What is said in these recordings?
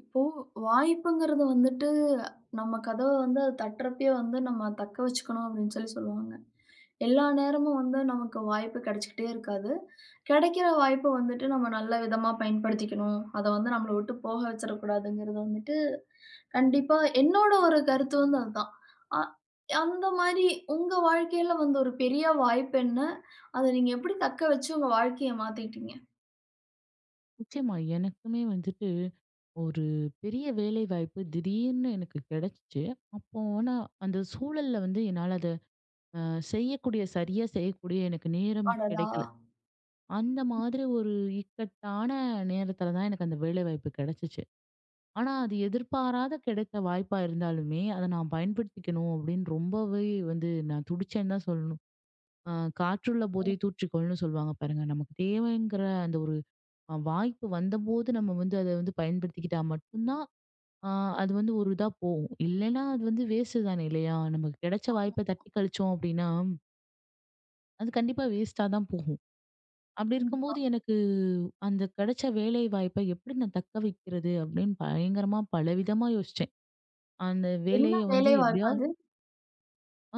இப்போ வாய்ப்புங்கிறது வந்துட்டு, நம்ம கதவ வந்து அது தட்டுறப்பயே வந்து நம்ம தக்க வச்சுக்கணும் அப்படின்னு சொல்லி சொல்லுவாங்க. எல்லா நேரமும் வந்து நமக்கு வாய்ப்பு கிடைச்சுக்கிட்டே இருக்காது. கிடைக்கிற வாய்ப்ப வந்துட்டு நம்ம நல்ல விதமா பயன்படுத்திக்கணும். அத வந்து நம்மள விட்டு போக வச்சிடக்கூடாதுங்கிறது வந்துட்டு கண்டிப்பா என்னோட ஒரு கருத்து வந்து அதுதான். அ அந்த மாரி உங்க வாழ்க்கையில வந்த ஒரு பெரிய வாய்ப்பு என்ன? அத நீங்க எப்படி தக்க வச்சு உங்க வாழ்க்கைய மாத்திக்கிட்டீங்க? நிச்சயமா. எனக்குமே வந்துட்டு ஒரு பெரிய வேலைவாய்ப்பு திடீர்னு எனக்கு கிடைச்சுச்சு. அப்போ ஆனா அந்த சூழல்ல வந்து என்னால அத அ சரியா செய்யக்கூடிய எனக்கு நேரம் அடடா! கிடைக்கல. அந்த மாதிரி ஒரு இக்கட்டான நேரத்துல தான் எனக்கு அந்த வேலைவாய்ப்பு கிடைச்சுச்சு. ஆனா அது எதிர்பாராத கிடைத்த வாய்ப்பா இருந்தாலுமே, அத நான் பயன்படுத்திக்கணும் அப்படின்னு ரொம்பவே வந்து நான் துடிச்சேன்னு தான் சொல்லணும். அ காற்றுள்ள போதே தூற்றிக்கொள்ன்னு சொல்லுவாங்க பாருங்க. நமக்கு தேவைங்கிற அந்த ஒரு வாய்ப்பு வந்தபோது நம்ம வந்து அத வந்து பயன்படுத்திக்கிட்டா மட்டும் தான், அ அது வந்து ஒரு இதா போகும். இல்லைன்னா அது வந்து வேஸ்ட் தானே இல்லையா? நமக்கு கிடைச்ச வாய்ப்ப தட்டி கழிச்சோம் அப்படின்னா, அது கண்டிப்பா வேஸ்ட்டா தான் போகும். அப்படி கண்டிப்பா. இருக்கும்போது எனக்கு அந்த கிடைச்ச வேலை வாய்ப்ப எப்படி நான் தக்க வைக்கிறது அப்படின்னு பயங்கரமா பலவிதமா யோசிச்சேன். அந்த என்ன வேலைய வந்து வேலை வாய்ப்பு எப்படியாவது அது?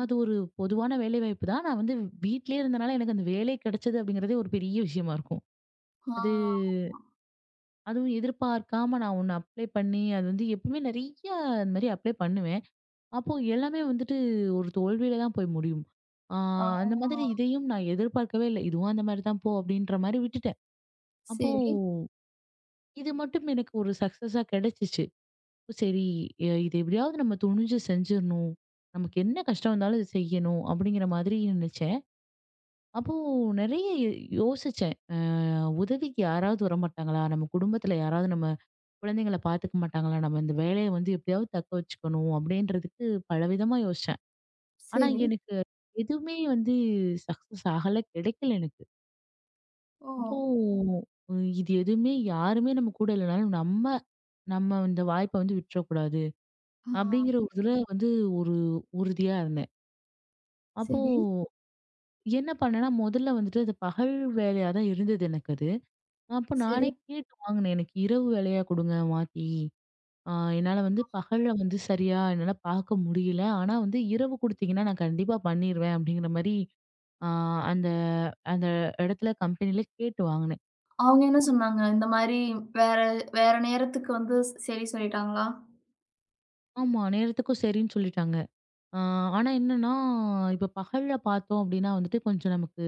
அது ஒரு பொதுவான வேலை வாய்ப்பு தான். நான் வந்து வீட்லயே இருந்தனால எனக்கு அந்த வேலை கிடைச்சது அப்படிங்கிறதே ஒரு பெரிய விஷயமா இருக்கும். அது ஆ. அதுவும் எதிர்பார்க்காம நான் ஒண்ணு அப்ளை பண்ணி, அது வந்து எப்பவுமே நெறைய அந்த மாரி அப்ளை பண்ணுவேன். அப்போ எல்லாமே வந்துட்டு ஒரு தோல்வியில தான் போய் முடியும். ஆ ஆ. அந்த மாதிரி இதையும் நான் எதிர்பார்க்கவே இல்ல. இதுவும் அந்த மாரி தான் போ அப்டின்ற மாரி விட்டுட்டேன். அப்போ சரி, இது மட்டும் எனக்கு ஒரு சக்சஸா கிடைச்சிச்சு. சரி இது எப்டியாவது நம்ம துணிஞ்சு செஞ்சிரணும். நமக்கு என்ன கஷ்டம் வந்தாலும் இத செய்யணும் அப்டிங்கிற மாதிரி நினைச்சேன். அப்போ நெறைய யோசிச்சேன். உதவிக்கு யாராவது வரமாட்டாங்களா? நம்ம குடும்பத்துல யாராவது நம்ம குழந்தைங்கள பாத்துக்க மாட்டாங்களா? நம்ம இந்த வேலைய வந்து எப்படியாவது தக்க வச்சுக்கணும் அப்படின்றதுக்கு பலவிதமா யோசிச்சேன். ஆனா சரி. எனக்கு எதுவுமே வந்து சக்சஸ் ஆகல, கிடைக்கல எனக்கு. ஓ! அப்போ இது எதுவுமே யாருமே நம்ம கூட இல்லனாலும் நம்ம நம்ம இந்த வாய்ப்ப வந்து விட்டுறக்கூடாது ஆ, அப்படிங்கிற ஒரு இதுல வந்து ஒரு உறுதியா இருந்தேன். அப்போ சரி, என்ன பண்ணேன்னா, முதல்ல வந்துட்டு அது பகல் வேலையா தான் இருந்தது எனக்கு அது. அப்போ சரி. நானே கேட்டு வாங்கினேன். எனக்கு இரவு வேலையா கொடுங்க மாத்தி. ஆ என்னால வந்து பகல்ல வந்து சரியா என்னால பார்க்க முடியல. ஆனா வந்து இரவு குடுத்தீங்கன்னா நான் கண்டிப்பா பண்ணிருவேன் அப்படிங்கிற மாரி ஆ அந்த அந்த இடத்துல கம்பெனில கேட்டு வாங்குனேன். அவங்க என்ன அப் சொன்னாங்க? இந்த மாரி வேற வேற நேரத்துக்கு வந்து ஸ் சரி சொல்லிட்டாங்களா? ஆமா நேரத்துக்கும் சரின்னு சொல்லிட்டாங்க. ஆ ஆனா என்னன்னா, இப்ப பகல்ல பார்த்தோம் அப்படின்னா வந்துட்டு கொஞ்சம் நமக்கு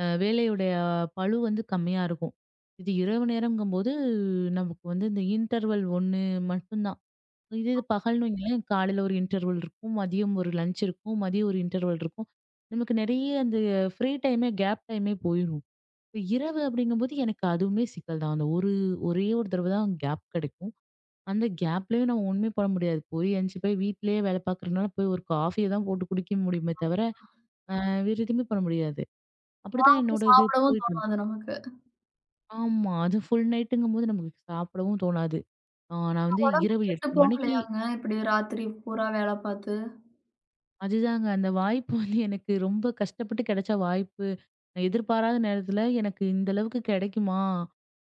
வேலையுடைய பளு வந்து கம்மியா இருக்கும். இது இரவு நேரங்கும்போது நமக்கு வந்து இந்த இன்டர்வல் 1 மட்டும் தான். இதே இது பகல்ன்னு வைங்களேன், காலையில ஒரு இன்டர்வல் இருக்கும். மதியம் ஒரு லஞ்ச் இருக்கும். மதியம் ஒரு இன்டர்வல் இருக்கும். நமக்கு நெறைய அந்த ஃப்ரீ டைமே, கேப் டைமே போயிரும். இப்ப இரவு அப்படிங்கும்போது எனக்கு அதுவுமே சிக்கல் தான். அந்த ஒரு ஒரே ஒரு தடவ தான் கேப் கிடைக்கும். அந்த கேப்லயும் நம்ம ஒண்ணுமே பண்ண முடியாது. போய் எந்திச்சு போய் வீட்லயே வேலை பார்க்குறதுனால போய் ஒரு காஃபிய தான் போட்டு குடிக்க முடியுமே தவிர, வேற எதுவுமே பண்ண முடியாது. அப்படிதான் ராத்திரி என்னோட இது சாப்பிடவும் போயிட்டு இருந்துச்சு. தோணாது நமக்கு. ஆமா. அது ஃபுல் நைட்டுங்கும்போது நமக்கு சாப்பிடவும் தோணாது. நான் வந்து உடம்பு இரவு கெட்டு 8 மணிக்கு போகலையாங்க? இப்படி ராத்திரி பூரா வேல பார்த்து, அதுதாங்க. அந்த வாய்ப்பு வந்து எனக்கு ரொம்ப கஷ்டப்பட்டு கிடைச்ச வாய்ப்பு. நான் எதிர்பாராத நேரத்துல எனக்கு இந்த அளவுக்கு கிடைக்குமா?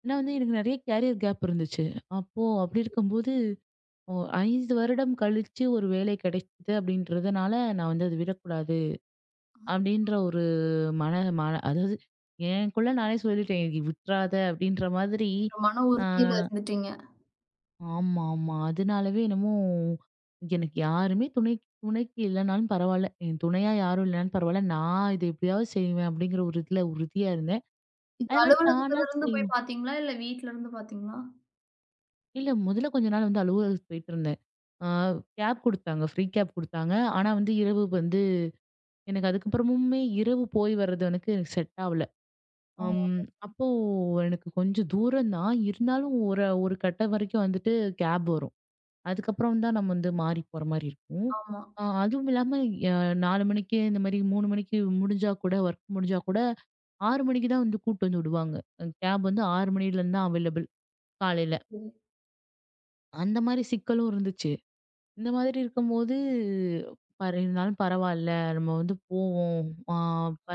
ஏன்னா வந்து எனக்கு நெறைய கேரியர் கேப் இருந்துச்சு. அப்போ அப்படி இருக்கும்போது, ஓ 5 வருடம் கழிச்சு ஒரு வேலை கிடைச்சது அப்படின்றதுனால, நான் வந்து அத விடக்கூடாது அப்படின்ற ஒரு மன மன அதாவது எனக்குள்ள நானே சொல்லிட்டேன். "விட்றாத" அப்படின்ற மாதிரி. ஒரு மன ஆ. உறுதியில இருந்துட்டீங்க. ஆமா, ஆமா. அதனாலவே என்னமோ எனக்கு யாருமே துணைக்கு இல்லனாலும் பரவால்ல. என் துணையா யாரும் இல்லனாலும் பரவால்ல. நான் இத எப்படியாவது செய்வேன் அப்படிங்கிற ஒரு இதுல உறுதியா இருந்தேன். இது அதே மாரி தானா அலுவலகத்துல இருந்து போய் செய்வேன். பார்த்தீங்களா? இல்ல வீட்ல இருந்து பார்த்தீங்களா? இல்ல முதல்ல கொஞ்ச நாள் வந்து அலுவலகத்துக்கு போயிட்டுருந்தேன். ஆ கேப் குடுத்தாங்க. ஃப்ரீ கேப் குடுத்தாங்க. ஆனா வந்து இரவு வந்து எனக்கு அதுக்கப்புறமுமே இரவு போய் வர்றது எனக்கு செட் ஆவல. ஆ, அம் அப்போ எனக்கு கொஞ்சம் தூரம் தான். இருந்தாலும் ஒரு ஒரு கட்டம் வரைக்கும் வந்துட்டு கேப் வரும். அதுக்கப்புறம் தான் நம்ம வந்து மாறி போற மாரி இருக்கும். ஆமா. அதுவும் இல்லாம அ 4 மணிக்கு இந்த மாரி 3 மணிக்கு முடிஞ்சா கூட ஒர்க் முடிஞ்சா கூட 6 மணிக்கு தான் வந்து கூட்டு வந்து விடுவாங்க. கேப் வந்து 6 மணிலேருந்து தான் அவைலபிள் காலையில. சரி. அந்த மாரி சிக்கலும் இருந்துச்சு. இந்த மாதிரி இருக்கும்போது இருந்தாலும் பரவால்ல. நம்ம வந்து போவோம். ஆ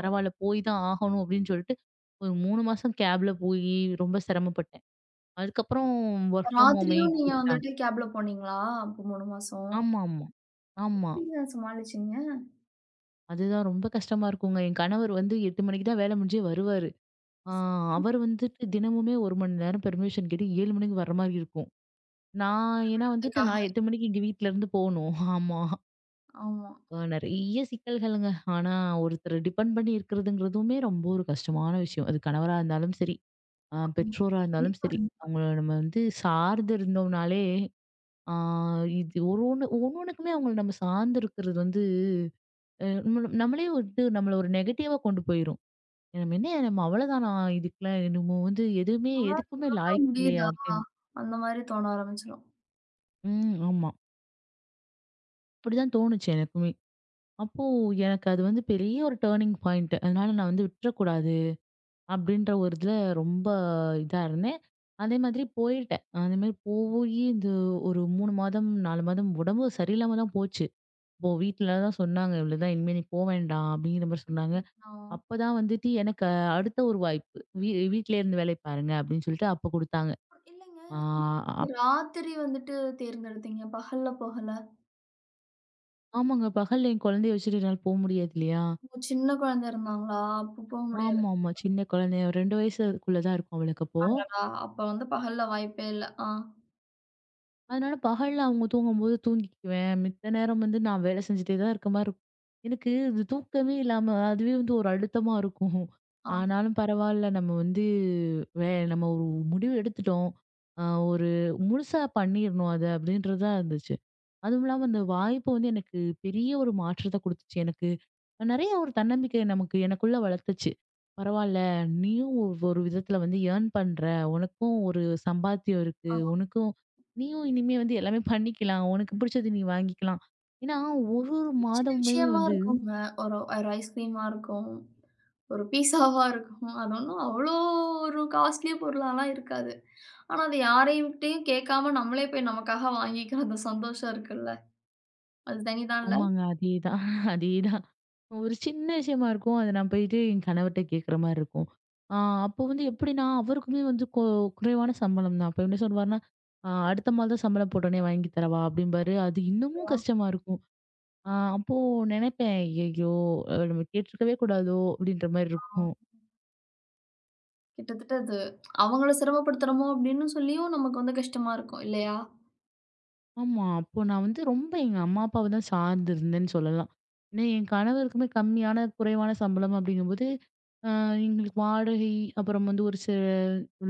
ஆ. போய் தான் ஆகணும் அப்படின்னு சொல்லிட்டு ஒரு 3 மாசம் கேப்ல போயி ரொம்ப சிரமப்பட்டேன். அதுக்கப்புறம் ஒர்க் ஃப்ரம் ஹோமே ராத்திரியும் நீங்க குடுத்துட்டாங்க. வந்துட்டு கேப்ல போனீங்களா? அப்போ 3 மாசம். ஆமா, ஆமா. ஆமா. எப்படிங்க சமாளிச்சீங்க? அதுதான் ரொம்ப கஷ்டமா இருக்குங்க. என் கணவர் வந்து 8 மணிக்கு தான் வேலை முடிஞ்சே வருவாரு. ஆ சரி. அவர் வந்துட்டு தினமுமே 1 மணி நேரம் பெர்மிஷன் கேட்டு 7 மணிக்கு வர்ற மாரி இருக்கும். நான் ஏன்னா வந்துட்டு அதுக்காக. நான் 8 மணிக்கு இங்க வீட்ல இருந்து போணும். ஆமா. ஆமா. நெறைய சிக்கல்களுங்க. ஆனா ஒருத்தர டிபெண்ட் பண்ணி இருக்கிறதுங்கிறதுமே ரொம்ப ஒரு கஷ்டமான விஷயம். அது கணவரா இருந்தாலும் சரி, ஆமா. பெற்றோரா இருந்தாலும் கண்டிப்பா, சரி. கண்டிப்பா. அவங்கள நம்ம வந்து சார்ந்து இருந்தோம்னாலே, ஆ இது ஒரு ஒண்ணொண்ணுக்குமே அவங்கள நம்ம சார்ந்து இருக்கிறது வந்து நம்மள நம்மளே வந்து நம்மள ஒரு நெகட்டிவா கொண்டு போயிரும். நம்ம என்ன நம்ம அவ்வளோதானா? இதுக்குலாம் நம்ம வந்து எதுவுமே எதுக்குமே லாயக்கு இல்லையா? முடியுதா? அப்படின்னு. அந்த மாரி தோண ஆரம்பிச்சுரும். ம். ஆமா. அப்படிதான் தோணுச்சு எனக்குமே. அப்போ எனக்கு அது வந்து பெரிய ஒரு டர்னிங் பாயிண்ட். அதனால நான் வந்து விட்டுறக்கூடாது அப்படின்ற ஒரு இதுல ரொம்ப இதா இருந்தேன். அதே மாதிரி போயிட்டேன். அந்த மாரி போயி இந்த ஒரு 3 மாதம், 4 மாதம் உடம்பு சரியில்லாம தான் போச்சு. இப்போ வீட்ல தான் சொன்னாங்க, "இவ்வளோதான் இனிமே நீ போ வேண்டாம்" அப்படிங்கிற மாரி சொன்னாங்க. ஆ. அப்பதான் வந்துட்டு எனக்கு அடுத்த ஒரு வாய்ப்பு. வீட்லயே இருந்து வேலை பாருங்க அப்படின்னு சொல்லிட்டு அப்ப குடுத்தாங்க. இல்லங்க. ஆ ஏன் நீங்க ராத்திரி வந்துட்டு தேர்ந்தெடுத்தீங்க? பகல்ல போகல. ஆமாங்க. பகல்ல என் குழந்தைய வச்சுட்டு என்னால போ முடியாது இல்லையா? உங்க சின்ன குழந்தை இருந்தாங்களா? அப்போ போக முடியாது. ஆமா, ஆமா. சின்ன குழந்தை. ஒரு 2 வயசுக்குள்ள தான் இருக்கும் அவளுக்கு அப்போ. அடடா! அப்ப வந்து பகல்ல வாய்ப்பே இல்ல. ஆ, அதனால பகல்ல அவங்க தூங்கும்போது தூங்கிக்குவேன். மித்த நேரம் வந்து நான் வேலை செஞ்சுட்டே தான் இருக்க மாரி இருக்கும். எனக்கு இது தூக்கமே இல்லாம அதுவே வந்து ஒரு அழுத்தமா இருக்கும். ஆ, ஆனாலும் பரவால்ல நம்ம வந்து நம்ம ஒரு முடிவு எடுத்துட்டோம். அ ஒரு முழுசா பண்ணிரணும் அத அப்படின்றதா இருந்துச்சு. அதுவும் இல்லாம அந்த வாய்ப்பு வந்து எனக்கு பெரிய ஒரு மாற்றத்த குடுத்துச்சு எனக்கு. நிறைய ஒரு தன்னம்பிக்கை நமக்கு எனக்குள்ள வளர்த்துச்சு. பரவால்ல, நீயும் ஒரு ஒரு விதத்துல வந்து ஏர்ன் பண்ற. உனக்கும் ஒரு சம்பாத்தியம் இருக்கு. ஆ. உனக்கும் நீயும் இனிமே வந்து எல்லாமே பண்ணிக்கலாம். உனக்கு பிடிச்சது நீ வாங்கிக்கலாம். ஏன்னா, ஒரு ஒரு சின்ன சின்ன மாதமுமே விஷயமா வந்து இருக்குங்க. ஒரு ஒரு ஐஸ்கிரீமா இருக்கும். ஒரு பீஸாவா இருக்கும். அது ஒண்ணும் அவ்ளோ ஒரு காஸ்ட்லி பொருளாலாம் இருக்காது. ஆனா, அது யாரையும்ட்டயும் கேட்காம நம்மளே போய் நமக்காக வாங்கிக்கிற அந்த சந்தோஷம் இருக்குல்ல. அது தனி தான்ல. ஆமாங்க. அதேதான் அதேதான். ஒரு சின்ன விஷயமா இருக்கும். அத நான் போயிட்டு என் கணவர்ட்ட கேட்குற மாரி இருக்கும். ஆ அப்போ வந்து எப்படின்னா, அவருக்குமே வந்து குறைவான சம்பளம் தான். அப்ப என்ன சொல்வாருன்னா, அடுத்த மாதம் சம்பளம் போட்டோனே வாங்கி தரவா?" அப்படிம்பாரு. அது இன்னமும் கஷ்டமா இருக்கும். அப்போ நினைப்பேன், "ஐயய்யோ! நம்ம கேட்டுருக்கவே கூடாதோ!" அப்படின்ற மாரி இருக்கும். கிட்டத்தட்ட அது அவங்கள சிரமப்படுத்துறோமோ அப்படின்னு சொல்லியும் நமக்கு வந்து கஷ்டமா இருக்கும் இல்லையா? ஆமா. அப்போ நான் வந்து ரொம்ப எங்க அம்மா, அப்பாவ தான் சார்ந்து இருந்தேன்னு சொல்லலாம். ஏன்னா, என் கணவருக்குமே கம்மியான, குறைவான சம்பளம் அப்படிங்கும்போது, அ எங்களுக்கு வாடகை, அப்புறம் வந்து ஒரு சில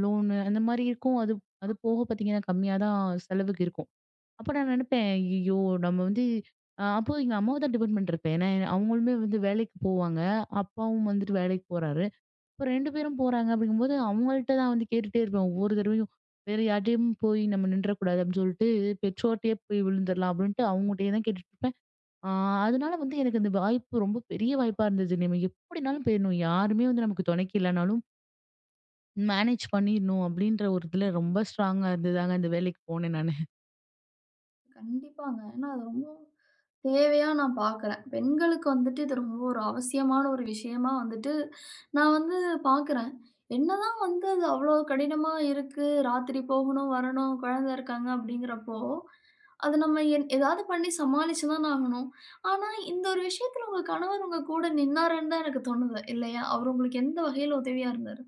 லோனு அந்த மாரி இருக்கும். அது அ. அது போக பார்த்தீங்கன்னா, கம்மியா தான் செலவுக்கு இருக்கும். அப்ப நான் நினைப்பேன், "ஐயய்யோ! நம்ம வந்து." அப்போ எங்க அம்மாவ தான் டிபெண்ட் பண்ணிட்டு இருப்பேன். ஏன்னா, அவங்களுமே வந்து வேலைக்கு போவாங்க. அப்பாவும் வந்துட்டு வேலைக்கு போறாரு. இப்ப 2 பேரும் போறாங்க அப்படிங்கும்போது, அவங்கள்ட்ட தான் வந்து கேட்டுட்டே இருப்பேன் ஒவ்வொரு தடவையும். வேற யார்ட்டயும் போய் நம்ம நின்றக்கூடாது அப்படின்னு சொல்லிட்டு, பெற்றோர்ட்டயே போய் விழுந்துரலாம் அப்படின்ட்டு அவங்ககிட்டயே தான் கேட்டுட்டு இருப்பேன். ஆ அதனால வந்து எனக்கு அந்த வாய்ப்பு ரொம்ப பெரிய வாய்ப்பா இருந்தது. நம்ம எப்படினாலும் போயிரணும். யாருமே வந்து நமக்கு துணைக்கு இல்லனாலும் மேனேஜ் பண்ணிரணும் அப்படின்ற ஒரு இதுல ரொம்ப ஸ்ட்ராங்கா இருந்ததாங்க அந்த வேலைக்கு போனேன் நானு. கண்டிப்பாங்க. ஏன்னா அது ரொம்ப தேவையா நான் பார்க்குறேன். பெண்களுக்கு வந்துட்டு இது ரொம்ப ஒரு அவசியமான ஒரு விஷயமா வந்துட்டு நான் வந்து பார்க்குறேன். என்னதான் வந்து அது அவ்வளோ கடினமா இருக்கு. ராத்திரி போகணும், வரணும், குழந்தை இருக்காங்க அப்படிங்கிறப்போ, அது நம்ம என் ஏதாவது பண்ணி சமாளிச்சு தான் ஆகணும். ஆனா இந்த ஒரு விஷயத்துல உங்க கணவர் உங்க கூட நின்னாருன்னு தான் எனக்கு தோணுது இல்லையா? அவர் உங்களுக்கு எந்த வகையில உதவியா இருந்தாரு?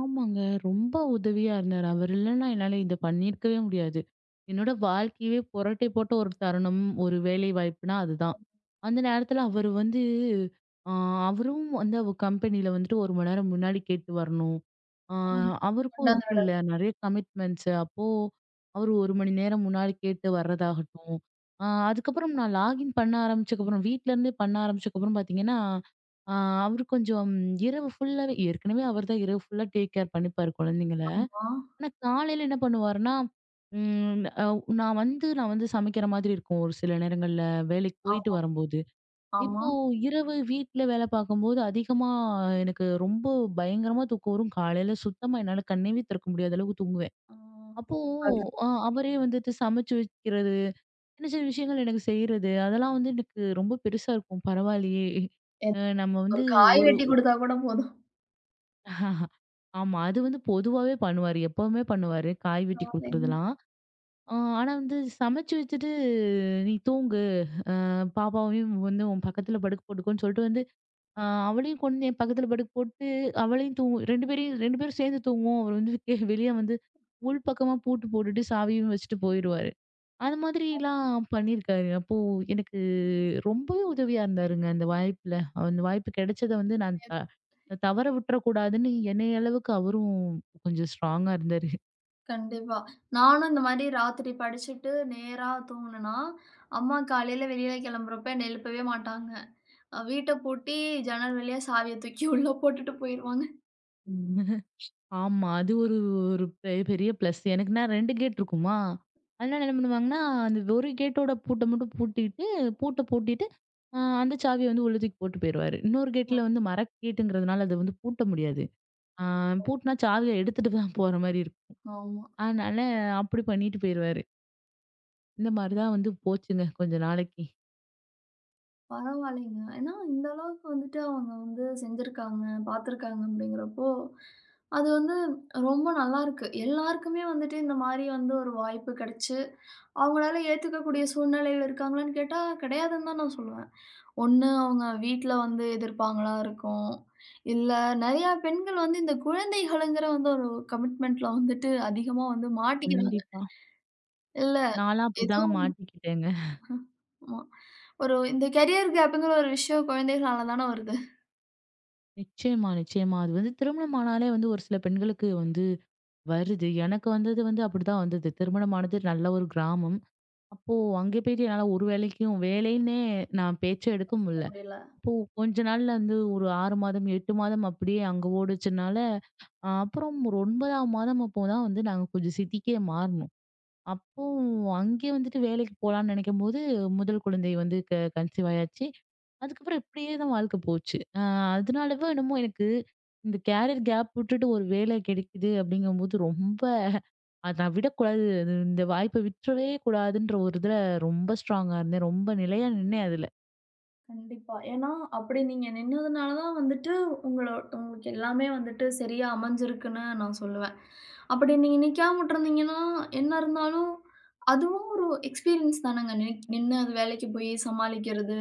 ஆமாங்க. ரொம்ப உதவியா இருந்தாரு. அவர் இல்லன்னா என்னால இத பண்ணியிருக்கவே முடியாது. என்னோட வாழ்க்கையவே புரட்டை போட்ட ஒரு தருணம், ஒரு வேலை வாய்ப்புனா அதுதான். அந்த நேரத்துல அவரு வந்து அ அவரும் வந்து அவ கம்பெனில வந்துட்டு 1 மணி நேரம் முன்னாடி கேட்டு வரணும். அ ஆமா. அவருக்கும் கொண்டாந்து இருக்குல்ல நெறைய கமிட்மெண்ட்ஸ். அப்போ அவரு 1 மணி நேரம் முன்னாடி கேட்டு வர்றதாகட்டும். அதுக்கப்புறம் நான் லாகின் பண்ண ஆரம்பிச்சக்கப்புறம் வீட்ல இருந்தே பண்ண ஆரம்பிச்சக்கப்புறம் பார்த்தீங்கன்னா ஆ அவரு கொஞ்சம் இரவு ஃபுல்லாவே ஏற்கனவே அவர் தான் இரவு ஃபுல்லா டேக் கேர் பண்ணிப்பாரு குழந்தைங்கள. ஆமா, ஆனா காலையில என்ன பண்ணுவாருன்னா, ம் அவ் நான் வந்து சமைக்கிற மாதிரி இருக்கும் ஒரு சில நேரங்கள்ல வேலைக்கு போயிட்டு ஆமா, வரும்போது. ஆமா. இப்போ இரவு வீட்ல வேலை பார்க்கும்போது அதிகமா எனக்கு ரொம்ப பயங்கரமா தூக்கம் வரும். காலையில சுத்தமா என்னால கண்ணேவே திறக்க முடியாத அளவுக்கு தூங்குவேன். ஆ. அப்போ அதான். அவரே வந்துட்டு சமைச்சு வைக்கிறது, சின்ன சின்ன விஷயங்கள் எனக்கு செய்றது, அதெல்லாம் வந்து எனக்கு ரொம்ப பெருசா இருக்கும். பரவாயில்லையே! என் நம்ம வந்து ஒரு காய் ஒரு வெட்டி குடுத்தா கூட போதும். ஆமா. அது வந்து பொதுவாவே பண்ணுவாரு. எப்பவுமே பண்ணுவாரு. காய் வெட்டி பரவாயில்லைங்க. குடுக்குறதெல்லாம். ஆனா வந்து சமைச்சு வச்சுட்டு, "நீ தூங்கு. பாப்பாவையும் வந்து உன் பக்கத்துல படுக்க போட்டுக்கோன்னு" சொல்லிட்டு வந்து, அ அவளையும் கொண்டு வந்து என் பக்கத்துல படுக்க போட்டு, அவளையும் தூங்கு 2 பேரையும் 2 பேரும் சேர்ந்து தூங்குவோம். அவர் வந்து வெளிய வந்து உள் பக்கமா பூட்டு போட்டுட்டு சாவியும் வச்சுட்டு போயிருவாரு. அது மாதிரிலாம் பண்ணியிருக்காரு. அப்போ எனக்கு ரொம்பவே உதவியா இருந்தாருங்க அந்த வாய்ப்புல. அந்த வாய்ப்பு கிடைச்சத வந்து நான் தவற விட்டுறக்கூடாதுன்னு என்னைய அளவுக்கு அவரும் கொஞ்சம் ஸ்ட்ராங்கா இருந்தாரு. கண்டிப்பா. நானும் இந்த மாரி ராத்திரி படிச்சுட்டு நேரா தூங்குனேன்னா, அம்மா காலையில வெளியில கிளம்புறப்ப என்ன எழுப்பவே மாட்டாங்க. அ வீட்ட பூட்டி ஜன்னல் வழியா சாவிய தூக்கி உள்ள போட்டுட்டு போயிருவாங்க. உம். ஆமா. அது ஒரு ஒரு பெ பெரிய பிளஸ். எனக்கு நான் 2 கேட் இருக்குமா, அதனால என்ன பண்ணுவாங்கன்னா, அந்த ஒரு கேட்டோட பூட்ட மட்டும் பூட்டிட்டு பூட்ட பூட்டிட்டு, அந்த சாவிய வந்து உள்ள தூக்கி போட்டு போயிருவாரு. இன்னொரு கேட்ல வந்து கேட்டுங்கிறதுனால அத வந்து பூட்ட முடியாது. அ பூட்டுனா சாவிய எடுத்துட்டு தான் போற மாரி இருக்கும். ஆமா. அதனால அப்படி பண்ணிட்டு போயிருவாரு. இந்த மாரி தான் வந்து போச்சுங்க கொஞ்ச நாளைக்கு. பரவாயில்லைங்க. ஏன்னா இந்த அளவுக்கு வந்துட்டு அவங்க வந்து செஞ்சிருக்காங்க, பார்த்துருக்காங்க அப்படிங்கிறப்போ, அது வந்து ரொம்ப நல்லாருக்கு. எல்லாருக்குமே வந்துட்டு இந்த மாரி வந்து ஒரு வாய்ப்பு கிடைச்சு அவங்களால ஏத்துக்கக்கூடிய சூழ்நிலையில இருக்காங்களான்னு கேட்டா, கிடையாதுன்னு தான் நான் சொல்லுவேன். ஒண்ணு அவங்க வீட்ல வந்து எதிர்ப்பாங்களா இருக்கும். இல்ல நெறையா பெண்கள் வந்து இந்த குழந்தைகளுங்கிற வந்து ஒரு கமிட்மெண்ட்ல வந்துட்டு அதிகமா வந்து மாட்டிக்கிறாங்க. கண்டிப்பா. இல்ல நான்லாம் ஏதோ அப்படிதாங்க மாட்டிக்கிட்டேங்க. ஆமா, ஒரு இந்த கரியர் கேப்ங்கிற ஒரு விஷயம் குழந்தைகளால தான வருது. நிச்சயமா, நிச்சயமா. அது வந்து திருமணம் ஆனாலே வந்து ஒரு சில பெண்களுக்கு வந்து வருது. எனக்கு வந்தது வந்து அப்படிதான் வந்தது. திருமணமானது நல்ல ஒரு கிராமம். அப்போ அங்கே போயிட்டு என்னால ஒரு வேலைக்கும் வேலைன்னே நான் பேச்சே எடுக்க முடியல. முடியல. அப்போ கொஞ்ச நாள்ல வந்து ஒரு 6 மாதம், 8 மாதம் அப்படியே அங்க ஓடுச்சுனால, அப்புறம் ஒரு 9ஆம் மாதம் அப்போ தான் வந்து நாங்க கொஞ்சம் சிட்டிக்கே மாறுனோம். அப்போ அங்கேயே வந்துட்டு வேலைக்கு போலான்னு நினைக்கும்போது, முதல் குழந்தை வந்து கன்சீவ் ஆயாச்சு. அதுக்கப்புறம் இப்படியே தான் வாழ்க்கை போச்சு. அதனாலவோ என்னமோ எனக்கு இந்த கேரியர் கேப் விட்டுட்டு ஒரு வேலை கிடைக்குது அப்படிங்கும்போது ரொம்ப அத விடக்கூடாது. அது இந்த வாய்ப்ப விட்டுறவே கூடாதுன்ற ஒரு இதுல ரொம்ப ஸ்ட்ராங்கா இருந்தேன். ரொம்ப நிலையா நின்னேன் அதுல. கண்டிப்பா. ஏன்னா, அப்படி நீங்க நின்னதுனால தான் வந்துட்டு, உங்களோ உங்களுக்கு எல்லாமே வந்துட்டு சரியா அமைஞ்சிருக்குன்னு நான் சொல்லுவேன். அப்படி நீங்க நிக்காம விட்டுருந்தீங்கன்னா, என்ன இருந்தாலும் அதுவும் ஒரு எக்ஸ்பீரியன்ஸ் தானங்க. நின்னு அது வேலைக்கு போய் சமாளிக்கிறது,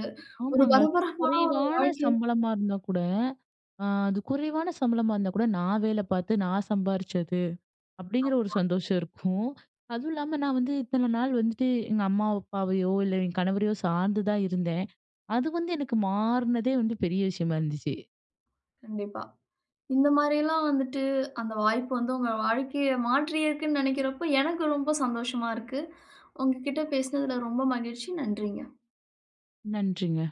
ஒரு ஆமாங்க. பரபரப்பான ஒரு குறைவான வாழ்க்கை சம்பளமா இருந்தா கூட, அது குறைவான சம்பளமா இருந்தா கூட நான் வேலை பார்த்து நான் சம்பாரிச்சது. அப்படிங்கிற ஒரு சந்தோஷம் இருக்கும். அதுவும் இல்லாம நான் வந்து இத்தன நாள் வந்துட்டு எங்க அம்மா, அப்பாவையோ இல்ல என் கணவரையோ சார்ந்து தான் இருந்தேன். அது வந்து எனக்கு மாறுனதே வந்து பெரிய விஷயமா இருந்துச்சு. கண்டிப்பா. இந்த மாரியெல்லாம் வந்துட்டு, அந்த வாய்ப்பு வந்து உங்க வாழ்க்கைய மாற்றியிருக்குன்னு நெனைக்கிறப்போ, எனக்கு ரொம்ப சந்தோஷமா இருக்கு. உங்ககிட்ட பேசினதுல ரொம்ப மகிழ்ச்சி. நன்றிங்க. நன்றிங்க.